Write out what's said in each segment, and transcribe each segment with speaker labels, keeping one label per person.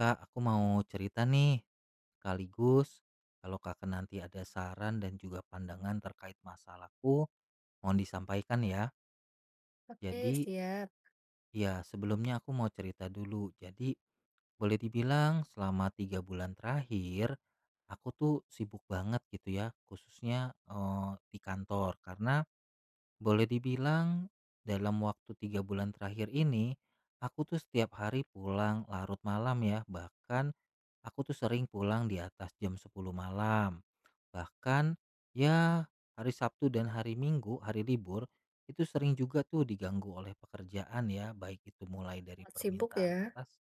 Speaker 1: Kak, aku mau cerita nih. Sekaligus, kalau kakak nanti ada saran dan juga pandangan terkait masalahku, mohon disampaikan ya.
Speaker 2: Oke,
Speaker 1: Jadi,
Speaker 2: siap.
Speaker 1: ya sebelumnya aku mau cerita dulu. Jadi, boleh dibilang selama tiga bulan terakhir, aku tuh sibuk banget gitu ya, khususnya di kantor. Karena boleh dibilang dalam waktu 3 bulan terakhir ini, aku tuh setiap hari pulang larut malam ya, bahkan aku tuh sering pulang di atas jam 10 malam. Bahkan ya hari Sabtu dan hari Minggu, hari libur, itu sering juga tuh diganggu oleh pekerjaan ya, baik itu mulai dari
Speaker 2: Sangat sibuk
Speaker 1: permintaan
Speaker 2: ya.
Speaker 1: atas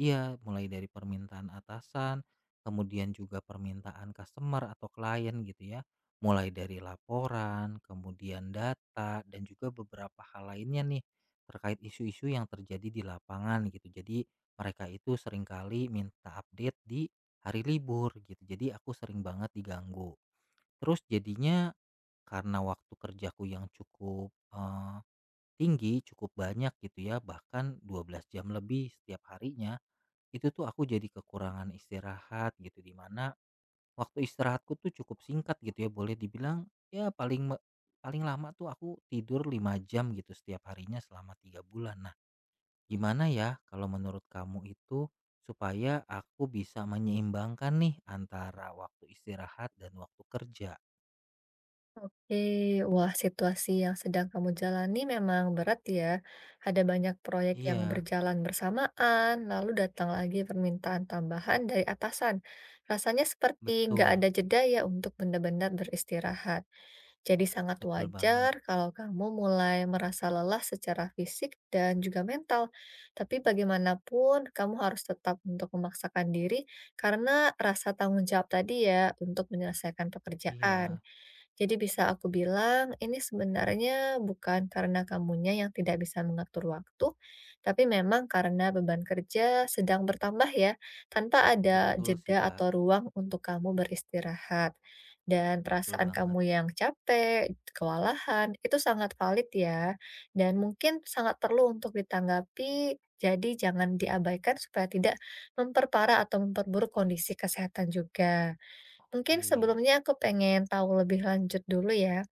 Speaker 1: iya, mulai dari permintaan atasan, kemudian juga permintaan customer atau klien gitu ya. Mulai dari laporan, kemudian data, dan juga beberapa hal lainnya nih terkait isu-isu yang terjadi di lapangan gitu. Jadi mereka itu seringkali minta update di hari libur gitu. Jadi aku sering banget diganggu. Terus jadinya karena waktu kerjaku yang cukup tinggi, cukup banyak gitu ya, bahkan 12 jam lebih setiap harinya, itu tuh aku jadi kekurangan istirahat gitu di mana waktu istirahatku tuh cukup singkat gitu ya, boleh dibilang ya paling lama tuh aku tidur 5 jam gitu setiap harinya selama 3 bulan. Nah, gimana ya kalau menurut kamu itu supaya aku bisa menyeimbangkan nih antara waktu istirahat dan waktu kerja?
Speaker 2: Wah, situasi yang sedang kamu jalani memang berat ya. Ada banyak proyek yang
Speaker 1: Iya,
Speaker 2: berjalan bersamaan, lalu datang lagi permintaan tambahan dari atasan. Rasanya seperti nggak
Speaker 1: betul,
Speaker 2: ada jeda ya untuk benar-benar beristirahat. Jadi sangat
Speaker 1: betul banget.
Speaker 2: wajar kalau kamu mulai merasa lelah secara fisik dan juga mental. Tapi bagaimanapun kamu harus tetap untuk memaksakan diri karena rasa tanggung jawab tadi ya untuk menyelesaikan pekerjaan.
Speaker 1: Iya,
Speaker 2: Jadi bisa aku bilang ini sebenarnya bukan karena kamunya yang tidak bisa mengatur waktu, tapi memang karena beban kerja sedang bertambah ya, tanpa ada
Speaker 1: betul sih,
Speaker 2: jeda
Speaker 1: Kak,
Speaker 2: atau ruang untuk kamu beristirahat. Dan
Speaker 1: betul
Speaker 2: perasaan kamu
Speaker 1: banget.
Speaker 2: yang capek, kewalahan, itu sangat valid ya. Dan mungkin sangat perlu untuk ditanggapi, jadi jangan diabaikan supaya tidak memperparah atau memperburuk kondisi kesehatan juga. Mungkin
Speaker 1: Oke,
Speaker 2: sebelumnya aku pengen tahu lebih lanjut dulu ya,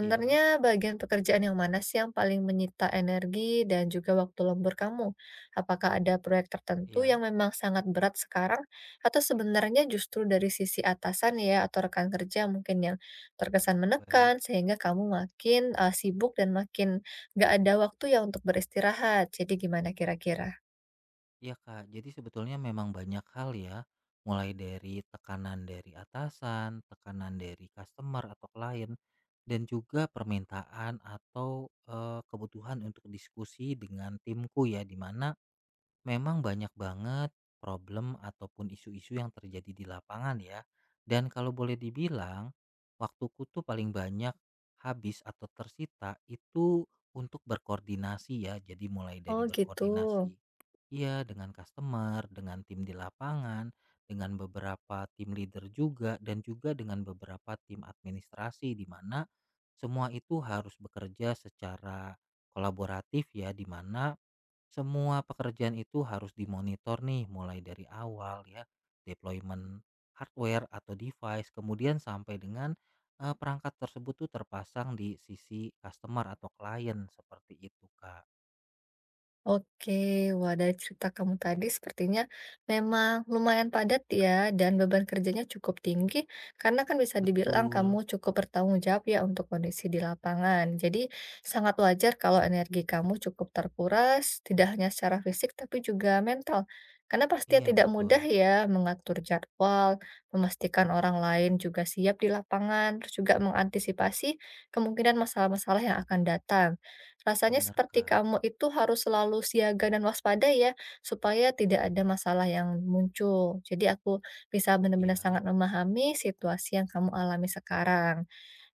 Speaker 1: iya
Speaker 2: bagian pekerjaan yang mana sih yang paling menyita energi dan juga waktu lembur kamu? Apakah ada proyek tertentu yang
Speaker 1: iya,
Speaker 2: memang sangat berat sekarang, atau sebenarnya justru dari sisi atasan ya, atau rekan kerja mungkin yang terkesan
Speaker 1: baik.
Speaker 2: menekan, sehingga kamu makin sibuk dan makin gak ada waktu ya untuk beristirahat? Jadi gimana kira-kira?
Speaker 1: Iya Kak, jadi sebetulnya memang banyak hal ya, mulai dari tekanan dari atasan, tekanan dari customer atau klien, dan juga permintaan atau kebutuhan untuk diskusi dengan timku ya, di mana memang banyak banget problem ataupun isu-isu yang terjadi di lapangan ya. Dan kalau boleh dibilang, waktuku tuh paling banyak habis atau tersita itu untuk berkoordinasi ya. Jadi mulai
Speaker 2: Oh
Speaker 1: dari
Speaker 2: gitu.
Speaker 1: berkoordinasi iya dengan customer, dengan tim di lapangan, dengan beberapa tim leader juga dan juga dengan beberapa tim administrasi di mana semua itu harus bekerja secara kolaboratif ya di mana semua pekerjaan itu harus dimonitor nih mulai dari awal ya, deployment hardware atau device, kemudian sampai dengan perangkat tersebut tuh terpasang di sisi customer atau klien seperti itu, Kak.
Speaker 2: Oke, wah dari cerita kamu tadi sepertinya memang lumayan padat ya dan beban kerjanya cukup tinggi karena kan bisa dibilang
Speaker 1: Betul.
Speaker 2: kamu cukup bertanggung jawab ya untuk kondisi di lapangan. Jadi sangat wajar kalau energi kamu cukup terkuras, tidak hanya secara fisik tapi juga mental. Karena pasti
Speaker 1: Iya,
Speaker 2: tidak mudah
Speaker 1: betul.
Speaker 2: ya mengatur jadwal, memastikan orang lain juga siap di lapangan, terus juga mengantisipasi kemungkinan masalah-masalah yang akan datang. Rasanya
Speaker 1: Bener,
Speaker 2: seperti
Speaker 1: Kak.
Speaker 2: kamu itu harus selalu siaga dan waspada ya, supaya tidak ada masalah yang muncul. Jadi aku bisa benar-benar
Speaker 1: Iya,
Speaker 2: sangat memahami situasi yang kamu alami sekarang.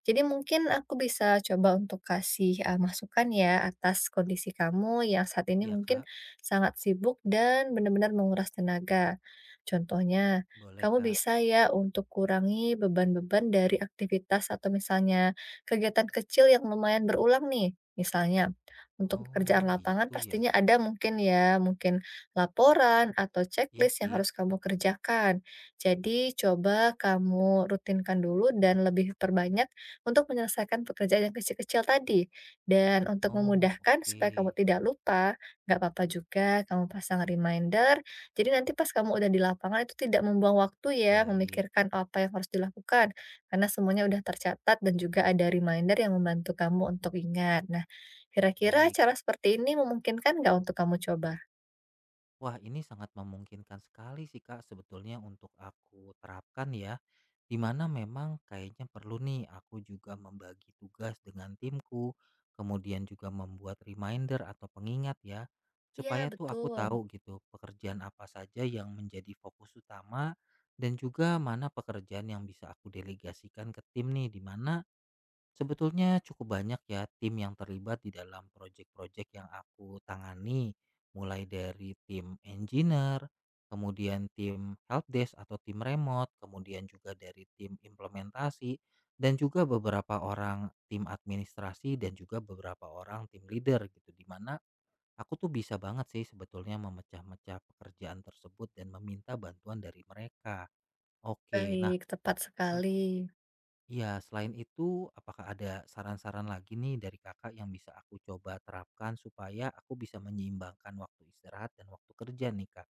Speaker 2: Jadi mungkin aku bisa coba untuk kasih, masukan ya atas kondisi kamu yang saat ini
Speaker 1: iya,
Speaker 2: mungkin
Speaker 1: Kak.
Speaker 2: sangat sibuk dan benar-benar menguras tenaga. Contohnya,
Speaker 1: Boleh,
Speaker 2: kamu
Speaker 1: Kak.
Speaker 2: bisa ya untuk kurangi beban-beban dari aktivitas atau misalnya kegiatan kecil yang lumayan berulang nih. Misalnya, untuk
Speaker 1: Oh,
Speaker 2: pekerjaan lapangan
Speaker 1: gitu ya.
Speaker 2: pastinya ada mungkin ya, mungkin laporan atau
Speaker 1: Iya
Speaker 2: checklist yang
Speaker 1: sih.
Speaker 2: harus kamu kerjakan. Jadi coba kamu rutinkan dulu dan lebih perbanyak untuk menyelesaikan pekerjaan yang kecil-kecil tadi. Dan untuk
Speaker 1: Oh,
Speaker 2: memudahkan
Speaker 1: oke.
Speaker 2: supaya kamu tidak lupa, nggak apa-apa juga kamu pasang reminder. Jadi nanti pas kamu udah di lapangan itu tidak membuang waktu ya
Speaker 1: Baik,
Speaker 2: memikirkan apa yang harus dilakukan. Karena semuanya udah tercatat dan juga ada reminder yang membantu kamu untuk ingat. Nah, kira-kira
Speaker 1: baik.
Speaker 2: cara seperti ini memungkinkan nggak untuk kamu coba?
Speaker 1: Wah, ini sangat memungkinkan sekali sih Kak sebetulnya untuk aku terapkan ya, dimana memang kayaknya perlu nih aku juga membagi tugas dengan timku, kemudian juga membuat reminder atau pengingat ya,
Speaker 2: Iya,
Speaker 1: supaya tuh aku
Speaker 2: betul.
Speaker 1: tahu gitu pekerjaan apa saja yang menjadi fokus utama dan juga mana pekerjaan yang bisa aku delegasikan ke tim nih, dimana sebetulnya cukup banyak ya tim yang terlibat di dalam proyek-proyek yang aku tangani, mulai dari tim engineer, kemudian tim helpdesk atau tim remote, kemudian juga dari tim implementasi, dan juga beberapa orang tim administrasi dan juga beberapa orang tim leader gitu, di mana aku tuh bisa banget sih sebetulnya memecah-mecah pekerjaan tersebut dan meminta bantuan dari mereka. Oke, nah
Speaker 2: Baik, tepat sekali.
Speaker 1: iya, selain itu, apakah ada saran-saran lagi nih dari kakak yang bisa aku coba terapkan supaya aku bisa menyeimbangkan waktu istirahat dan waktu kerja nih kak?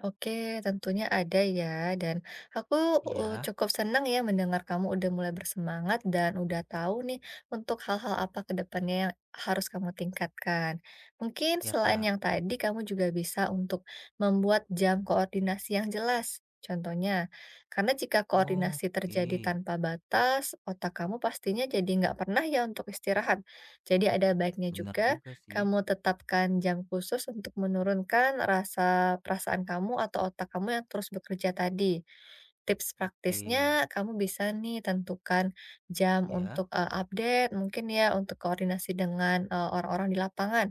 Speaker 2: Oke, tentunya ada ya, dan aku
Speaker 1: Iya,
Speaker 2: cukup senang ya mendengar kamu udah mulai bersemangat dan udah tahu nih untuk hal-hal apa ke depannya yang harus kamu tingkatkan. Mungkin
Speaker 1: ya
Speaker 2: selain
Speaker 1: kak.
Speaker 2: yang tadi, kamu juga bisa untuk membuat jam koordinasi yang jelas. Contohnya, karena jika koordinasi terjadi
Speaker 1: Oke,
Speaker 2: tanpa batas, otak kamu pastinya jadi nggak pernah ya untuk istirahat. Jadi ada baiknya
Speaker 1: benar
Speaker 2: juga
Speaker 1: juga sih.
Speaker 2: kamu tetapkan jam khusus untuk menurunkan rasa perasaan kamu atau otak kamu yang terus bekerja tadi. Tips
Speaker 1: Oke,
Speaker 2: praktisnya, kamu bisa nih tentukan jam
Speaker 1: ya,
Speaker 2: untuk update, mungkin ya untuk koordinasi dengan orang-orang di lapangan.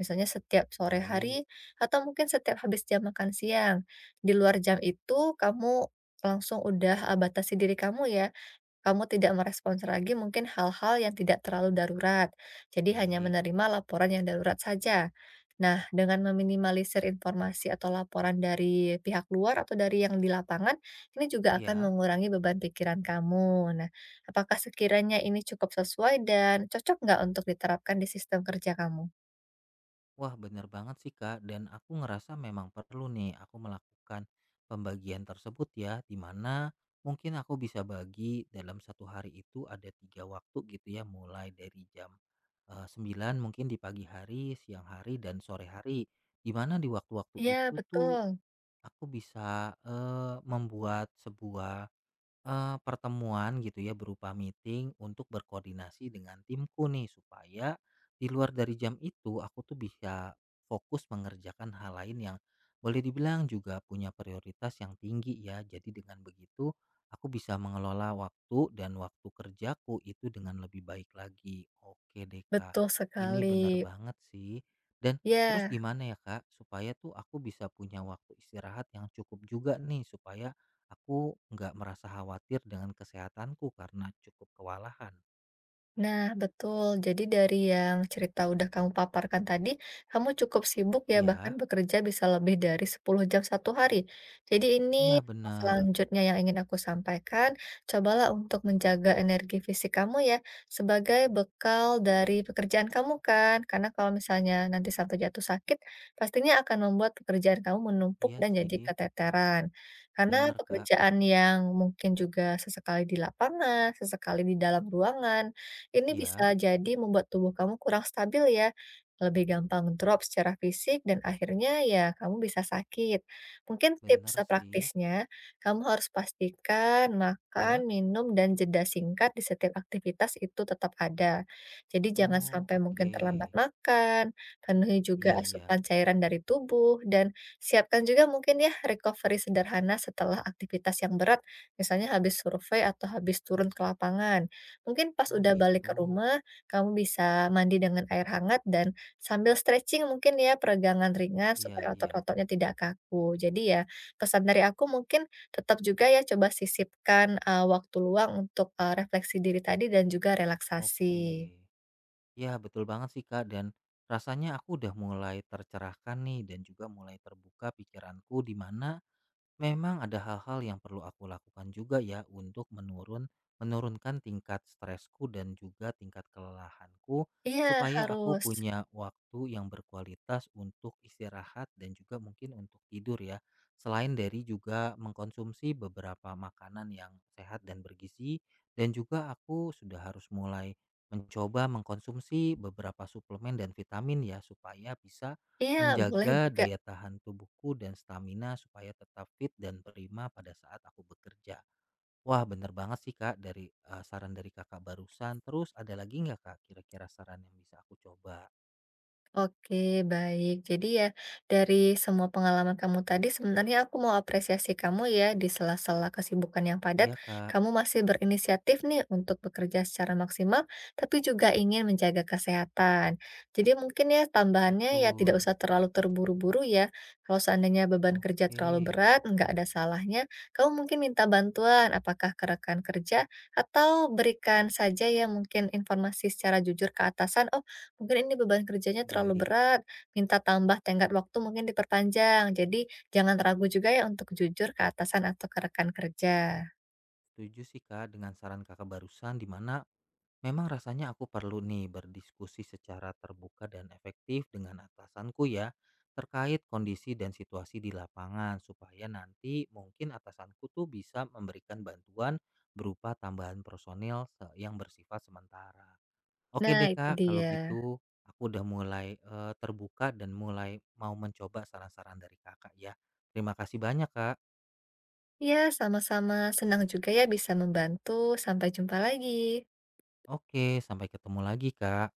Speaker 2: Misalnya setiap sore
Speaker 1: baik,
Speaker 2: hari atau mungkin setiap habis jam makan siang. Di luar jam itu, kamu langsung udah batasi diri kamu ya. Kamu tidak merespons lagi mungkin hal-hal yang tidak terlalu darurat, jadi hanya
Speaker 1: baik.
Speaker 2: menerima laporan yang darurat saja. Nah, dengan meminimalisir informasi atau laporan dari pihak luar atau dari yang di lapangan, ini juga akan
Speaker 1: Iya.
Speaker 2: mengurangi beban pikiran kamu. Nah, apakah sekiranya ini cukup sesuai dan cocok nggak untuk diterapkan di sistem kerja kamu?
Speaker 1: Wah, bener banget sih, Kak, dan aku ngerasa memang perlu nih aku melakukan pembagian tersebut ya, di mana mungkin aku bisa bagi dalam satu hari itu ada tiga waktu gitu ya, mulai dari jam 9 mungkin di pagi hari, siang hari, dan sore hari. Di mana di waktu-waktu
Speaker 2: Iya,
Speaker 1: itu tuh
Speaker 2: betul.
Speaker 1: aku bisa membuat sebuah pertemuan gitu ya berupa meeting untuk berkoordinasi dengan timku nih supaya di luar dari jam itu aku tuh bisa fokus mengerjakan hal lain yang boleh dibilang juga punya prioritas yang tinggi ya. Jadi dengan begitu aku bisa mengelola waktu dan waktu kerjaku itu dengan lebih baik lagi. Oke deh Kak,
Speaker 2: Betul
Speaker 1: ini
Speaker 2: sekali.
Speaker 1: benar banget sih. Dan terus
Speaker 2: Ya.
Speaker 1: gimana ya Kak supaya tuh aku bisa punya waktu istirahat yang cukup juga nih supaya aku nggak merasa khawatir dengan kesehatanku karena cukup kewalahan.
Speaker 2: Nah, betul. Jadi dari yang cerita udah kamu paparkan tadi, kamu cukup sibuk ya, bahkan
Speaker 1: Iya,
Speaker 2: bekerja bisa lebih dari 10 jam satu hari. Jadi
Speaker 1: iya
Speaker 2: ini hal
Speaker 1: benar.
Speaker 2: selanjutnya yang ingin aku sampaikan, cobalah untuk menjaga energi fisik kamu ya, sebagai bekal dari pekerjaan kamu kan. Karena kalau misalnya nanti sampai jatuh sakit, pastinya akan membuat pekerjaan kamu menumpuk
Speaker 1: Iya
Speaker 2: dan jadi
Speaker 1: sih,
Speaker 2: keteteran. Karena
Speaker 1: benar Kak.
Speaker 2: pekerjaan yang mungkin juga sesekali di lapangan, sesekali di dalam ruangan, ini bisa
Speaker 1: Iya,
Speaker 2: jadi membuat tubuh kamu kurang stabil ya, lebih gampang drop secara fisik dan akhirnya ya kamu bisa sakit. Mungkin
Speaker 1: benar
Speaker 2: tips
Speaker 1: sih.
Speaker 2: praktisnya, kamu harus pastikan makan,
Speaker 1: Ya.
Speaker 2: minum, dan jeda singkat di setiap aktivitas itu tetap ada. Jadi jangan
Speaker 1: Oh,
Speaker 2: sampai
Speaker 1: oke.
Speaker 2: mungkin terlambat makan, penuhi juga
Speaker 1: Iya, iya.
Speaker 2: asupan cairan dari tubuh, dan siapkan juga mungkin ya recovery sederhana setelah aktivitas yang berat, misalnya habis survei atau habis turun ke lapangan. Mungkin pas
Speaker 1: Oh
Speaker 2: udah balik ke
Speaker 1: gitu.
Speaker 2: rumah, kamu bisa mandi dengan air hangat dan sambil stretching mungkin ya, peregangan ringan
Speaker 1: Iya,
Speaker 2: supaya
Speaker 1: iya.
Speaker 2: otot-ototnya tidak kaku. Jadi ya, pesan dari aku mungkin tetap juga ya coba sisipkan, waktu luang untuk, refleksi diri tadi dan juga relaksasi.
Speaker 1: Oke. Ya, betul banget sih Kak dan rasanya aku udah mulai tercerahkan nih dan juga mulai terbuka pikiranku di mana memang ada hal-hal yang perlu aku lakukan juga ya untuk menurunkan tingkat stresku dan juga tingkat kelelahanku
Speaker 2: Iya,
Speaker 1: supaya aku
Speaker 2: harus.
Speaker 1: punya waktu yang berkualitas untuk istirahat dan juga mungkin untuk tidur ya. Selain dari juga mengkonsumsi beberapa makanan yang sehat dan bergizi dan juga aku sudah harus mulai mencoba mengkonsumsi beberapa suplemen dan vitamin ya supaya bisa
Speaker 2: Iya, boleh
Speaker 1: menjaga
Speaker 2: juga.
Speaker 1: daya tahan tubuhku dan stamina supaya tetap fit dan prima pada saat aku bekerja. Wah, bener banget sih Kak dari saran dari Kakak barusan. Terus ada lagi nggak Kak kira-kira saran yang bisa aku coba?
Speaker 2: Oke, baik. Jadi ya, dari semua pengalaman kamu tadi, sebenarnya aku mau apresiasi kamu ya, di sela-sela kesibukan yang padat,
Speaker 1: Iya Kak,
Speaker 2: kamu masih berinisiatif nih untuk bekerja secara maksimal, tapi juga ingin menjaga kesehatan. Jadi mungkin ya, tambahannya ya tidak
Speaker 1: betul.
Speaker 2: usah terlalu terburu-buru ya. Kalau seandainya beban kerja
Speaker 1: Oke,
Speaker 2: terlalu berat, nggak ada salahnya, kamu mungkin minta bantuan, apakah ke rekan kerja, atau berikan saja ya mungkin informasi secara jujur ke atasan, "Oh, mungkin ini beban kerjanya terlalu
Speaker 1: baik.
Speaker 2: berat, minta tambah tenggat waktu mungkin diperpanjang." Jadi jangan ragu juga ya untuk jujur ke atasan atau ke rekan kerja.
Speaker 1: Setuju sih Kak dengan saran Kakak barusan di mana memang rasanya aku perlu nih berdiskusi secara terbuka dan efektif dengan atasanku ya terkait kondisi dan situasi di lapangan supaya nanti mungkin atasanku tuh bisa memberikan bantuan berupa tambahan personil se- yang bersifat sementara. Oke
Speaker 2: Nah,
Speaker 1: deh
Speaker 2: itu
Speaker 1: Kak, kalau
Speaker 2: dia.
Speaker 1: gitu aku udah mulai terbuka dan mulai mau mencoba saran-saran dari Kakak ya. Terima kasih banyak Kak.
Speaker 2: Ya sama-sama. Senang juga ya bisa membantu. Sampai jumpa lagi.
Speaker 1: Oke, sampai ketemu lagi Kak.